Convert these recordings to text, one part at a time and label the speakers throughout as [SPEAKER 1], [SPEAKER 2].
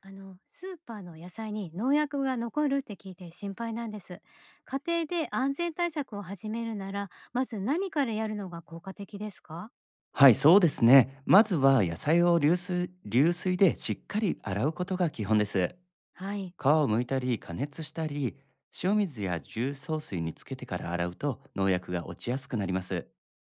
[SPEAKER 1] スーパーの野菜に農薬が残るって聞いて心配なんです。家庭で安全対策を始めるなら、まず何からやるのが効果的ですか？
[SPEAKER 2] はい、そうですね。まずは野菜を流水でしっかり洗うことが基本です。
[SPEAKER 1] はい。
[SPEAKER 2] 皮を剥いたり加熱したり、塩水や重曹水につけてから洗うと農薬が落ちやすくなります。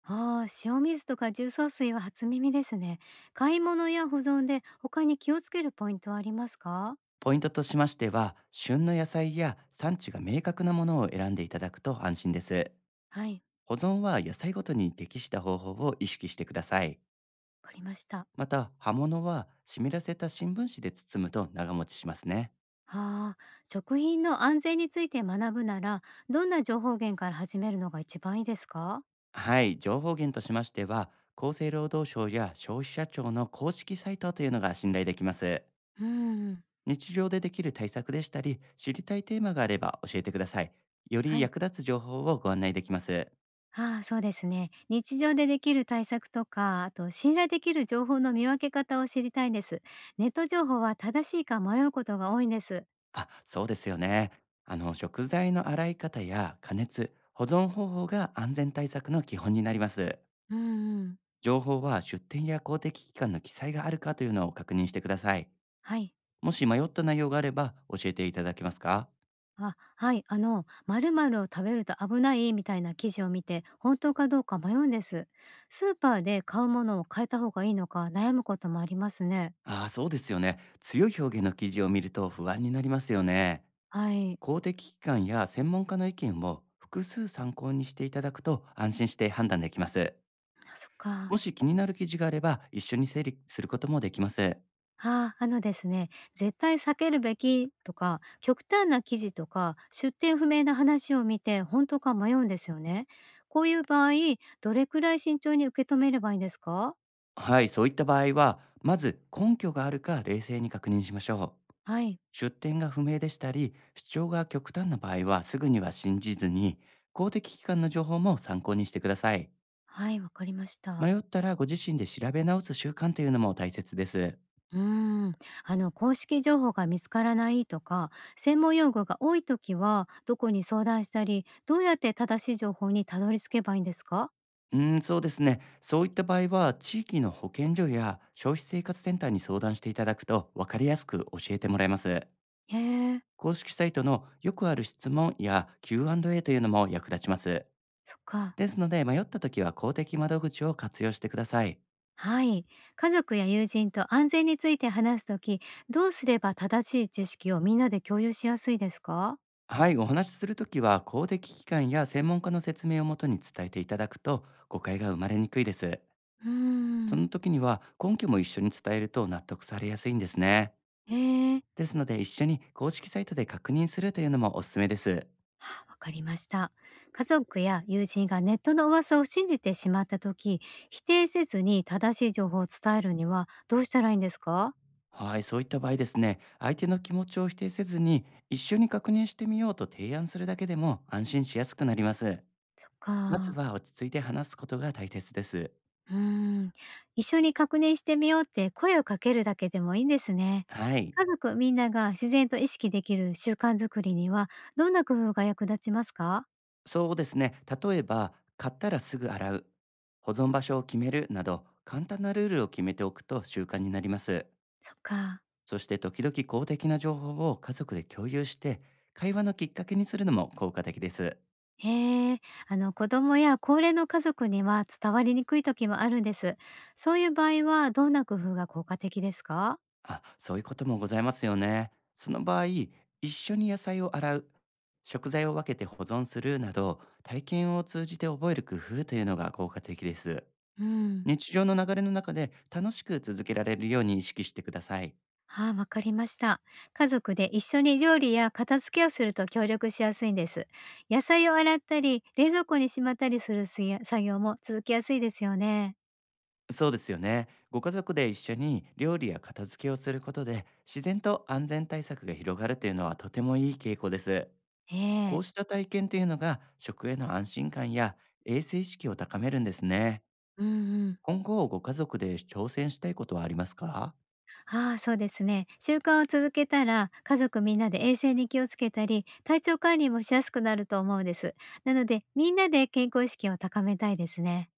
[SPEAKER 1] ああ、塩水とか重曹水は初耳ですね。買い物や保存で他に気をつけるポイントはありますか？
[SPEAKER 2] ポイントとしましては、旬の野菜や産地が明確なものを選んでいただくと安心です。
[SPEAKER 1] はい、
[SPEAKER 2] 保存は野菜ごとに適した方法を意識してください。
[SPEAKER 1] わかりました。
[SPEAKER 2] また、葉物は湿らせた新聞紙で包むと長持ちしますね。
[SPEAKER 1] ああ、食品の安全について学ぶなら、どんな情報源から始めるのが一番いいですか？
[SPEAKER 2] はい、情報源としましては、厚生労働省や消費者庁の公式サイトというのが信頼できます。
[SPEAKER 1] うん、
[SPEAKER 2] 日常でできる対策でしたり、知りたいテーマがあれば教えてください。より
[SPEAKER 1] はい。
[SPEAKER 2] 役立つ情報をご案内できます。
[SPEAKER 1] ああ、そうですね。日常でできる対策とか、あと信頼できる情報の見分け方を知りたいんです。ネット情報は正しいか迷うことが多いんです。
[SPEAKER 2] あ、そうですよね。あの、食材の洗い方や加熱、保存方法が安全対策の基本になります。
[SPEAKER 1] うんうん。
[SPEAKER 2] 情報は出店や公的機関の記載があるかというのを確認してください。
[SPEAKER 1] はい。
[SPEAKER 2] もし迷った内容があれば教えていただけますか？
[SPEAKER 1] あ、はい。〇〇を食べると危ないみたいな記事を見て、本当かどうか迷うんです。スーパーで買うものを変えた方がいいのか悩むこともありますね。
[SPEAKER 2] ああ、そうですよね。強い表現の記事を見ると不安になりますよね。
[SPEAKER 1] はい。
[SPEAKER 2] 公的機関や専門家の意見を複数参考にしていただくと安心して判断できます。
[SPEAKER 1] あ、そっ
[SPEAKER 2] も
[SPEAKER 1] か。
[SPEAKER 2] し気になる記事があれば一緒に整理することもできます。
[SPEAKER 1] ああ、あのですね、絶対避けるべきとか、極端な記事とか、出典不明な話を見て、本当か迷うんですよね。こういう場合、どれくらい慎重に受け止めればいいんですか？
[SPEAKER 2] はい、そういった場合は、まず根拠があるか冷静に確認しましょう。
[SPEAKER 1] はい、
[SPEAKER 2] 出典が不明でしたり、主張が極端な場合はすぐには信じずに、公的機関の情報も参考にしてください。
[SPEAKER 1] はい、わかりました。
[SPEAKER 2] 迷ったらご自身で調べ直す習慣というのも大切です。
[SPEAKER 1] うーん、公式情報が見つからないとか、専門用語が多いときは、どこに相談したり、どうやって正しい情報にたどり着けばいいんですか？
[SPEAKER 2] うーん、そうですね。そういった場合は、地域の保健所や消費生活センターに相談していただくと、分かりやすく教えてもらえます。
[SPEAKER 1] へえ、
[SPEAKER 2] 公式サイトのよくある質問や Q&A というのも役立ちます。
[SPEAKER 1] そっか。
[SPEAKER 2] ですので、迷った時は公的窓口を活用してください。
[SPEAKER 1] はい。家族や友人と安全について話すとき、どうすれば正しい知識をみんなで共有しやすいですか？
[SPEAKER 2] はい、お話しするときは、公的機関や専門家の説明をもとに伝えていただくと、誤解が生まれにくいです。
[SPEAKER 1] うー
[SPEAKER 2] そ
[SPEAKER 1] ん、
[SPEAKER 2] の時には、根拠も一緒に伝えると納得されやすいんですね。
[SPEAKER 1] へえ、
[SPEAKER 2] ですので、一緒に公式サイトで確認するというのもおすすめです。
[SPEAKER 1] あ、わかりました。家族や友人がネットの噂を信じてしまったとき、否定せずに正しい情報を伝えるにはどうしたらいいんですか？
[SPEAKER 2] はい、そういった場合ですね、相手の気持ちを否定せずに、一緒に確認してみようと提案するだけでも安心しやすくなります。
[SPEAKER 1] そっ
[SPEAKER 2] まず
[SPEAKER 1] か。
[SPEAKER 2] は落ち着いて話すことが大切です。
[SPEAKER 1] うーん、一緒に確認してみようって声をかけるだけでもいいんですね。
[SPEAKER 2] はい、
[SPEAKER 1] 家族みんなが自然と意識できる習慣づくりには、どんな工夫が役立ちますか？
[SPEAKER 2] そうですね、例えば、買ったらすぐ洗う、保存場所を決めるなど、簡単なルールを決めておくと習慣になります。
[SPEAKER 1] そっか。
[SPEAKER 2] そして、時々公的な情報を家族で共有して、会話のきっかけにするのも効果的です。
[SPEAKER 1] へえ、あの子供や高齢の家族には伝わりにくい時もあるんです。そういう場合はどんな工夫が効果的ですか？
[SPEAKER 2] あ、そういうこともございますよね。その場合、一緒に野菜を洗う、食材を分けて保存するなど、体験を通じて覚える工夫というのが効果的です。
[SPEAKER 1] うん。
[SPEAKER 2] 日常の流れの中で楽しく続けられるように意識してください。
[SPEAKER 1] ああ、わかりました。家族で一緒に料理や片付けをすると協力しやすいんです。野菜を洗ったり、冷蔵庫にしまったりするすや作業も続きやすいですよね。
[SPEAKER 2] そうですよね。ご家族で一緒に料理や片付けをすることで、自然と安全対策が広がるというのはとてもいい傾向です。
[SPEAKER 1] え
[SPEAKER 2] こう
[SPEAKER 1] え。
[SPEAKER 2] した体験というのが食への安心感や衛生意識を高めるんですね。
[SPEAKER 1] うんうん。
[SPEAKER 2] 今後、ご家族で挑戦したいことはありますか？
[SPEAKER 1] ああ、そうですね。習慣を続けたら、家族みんなで衛生に気をつけたり、体調管理もしやすくなると思うんです。なので、みんなで健康意識を高めたいですね。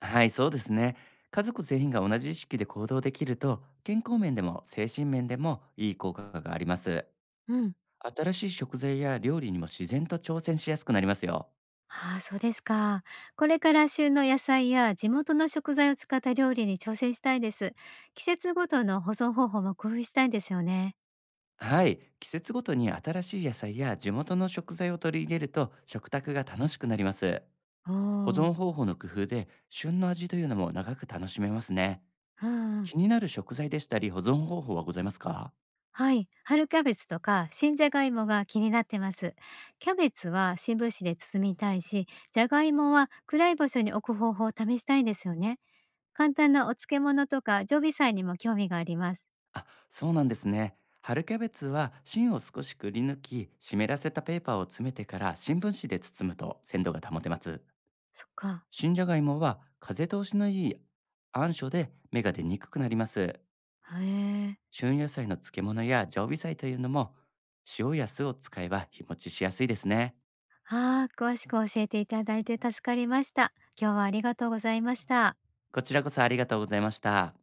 [SPEAKER 2] はい、そうですね。家族全員が同じ意識で行動できると、健康面でも精神面でもいい効果があります。
[SPEAKER 1] うん。
[SPEAKER 2] 新しい食材や料理にも自然と挑戦しやすくなりますよ。
[SPEAKER 1] ああ、そうですか。これから旬の野菜や地元の食材を使った料理に挑戦したいです。季節ごとの保存方法も工夫したいんですよね。
[SPEAKER 2] はい、季節ごとに新しい野菜や地元の食材を取り入れると食卓が楽しくなります。
[SPEAKER 1] お
[SPEAKER 2] 保存
[SPEAKER 1] お、
[SPEAKER 2] 方法の工夫で旬の味というのも長く楽しめますね。
[SPEAKER 1] うんうん。
[SPEAKER 2] 気になる食材でしたり保存方法はございますか？
[SPEAKER 1] はい。春キャベツとか新じゃがいもが気になってます。キャベツは新聞紙で包みたいし、じゃがいもは暗い場所に置く方法を試したいんですよね。簡単なお漬物とか常備菜にも興味があります。
[SPEAKER 2] あ、そうなんですね。春キャベツは芯を少しくり抜き、湿らせたペーパーを詰めてから新聞紙で包むと鮮度が保てます。
[SPEAKER 1] そっか。
[SPEAKER 2] 新じゃがいもは風通しのいい暗所で芽が出にくくなります。
[SPEAKER 1] へえ。
[SPEAKER 2] 旬野菜の漬物や常備菜というのも塩や酢を使えば日持ちしやすいですね。
[SPEAKER 1] ああ、詳しく教えていただいて助かりました。今日はありがとうございました。
[SPEAKER 2] こちらこそありがとうございました。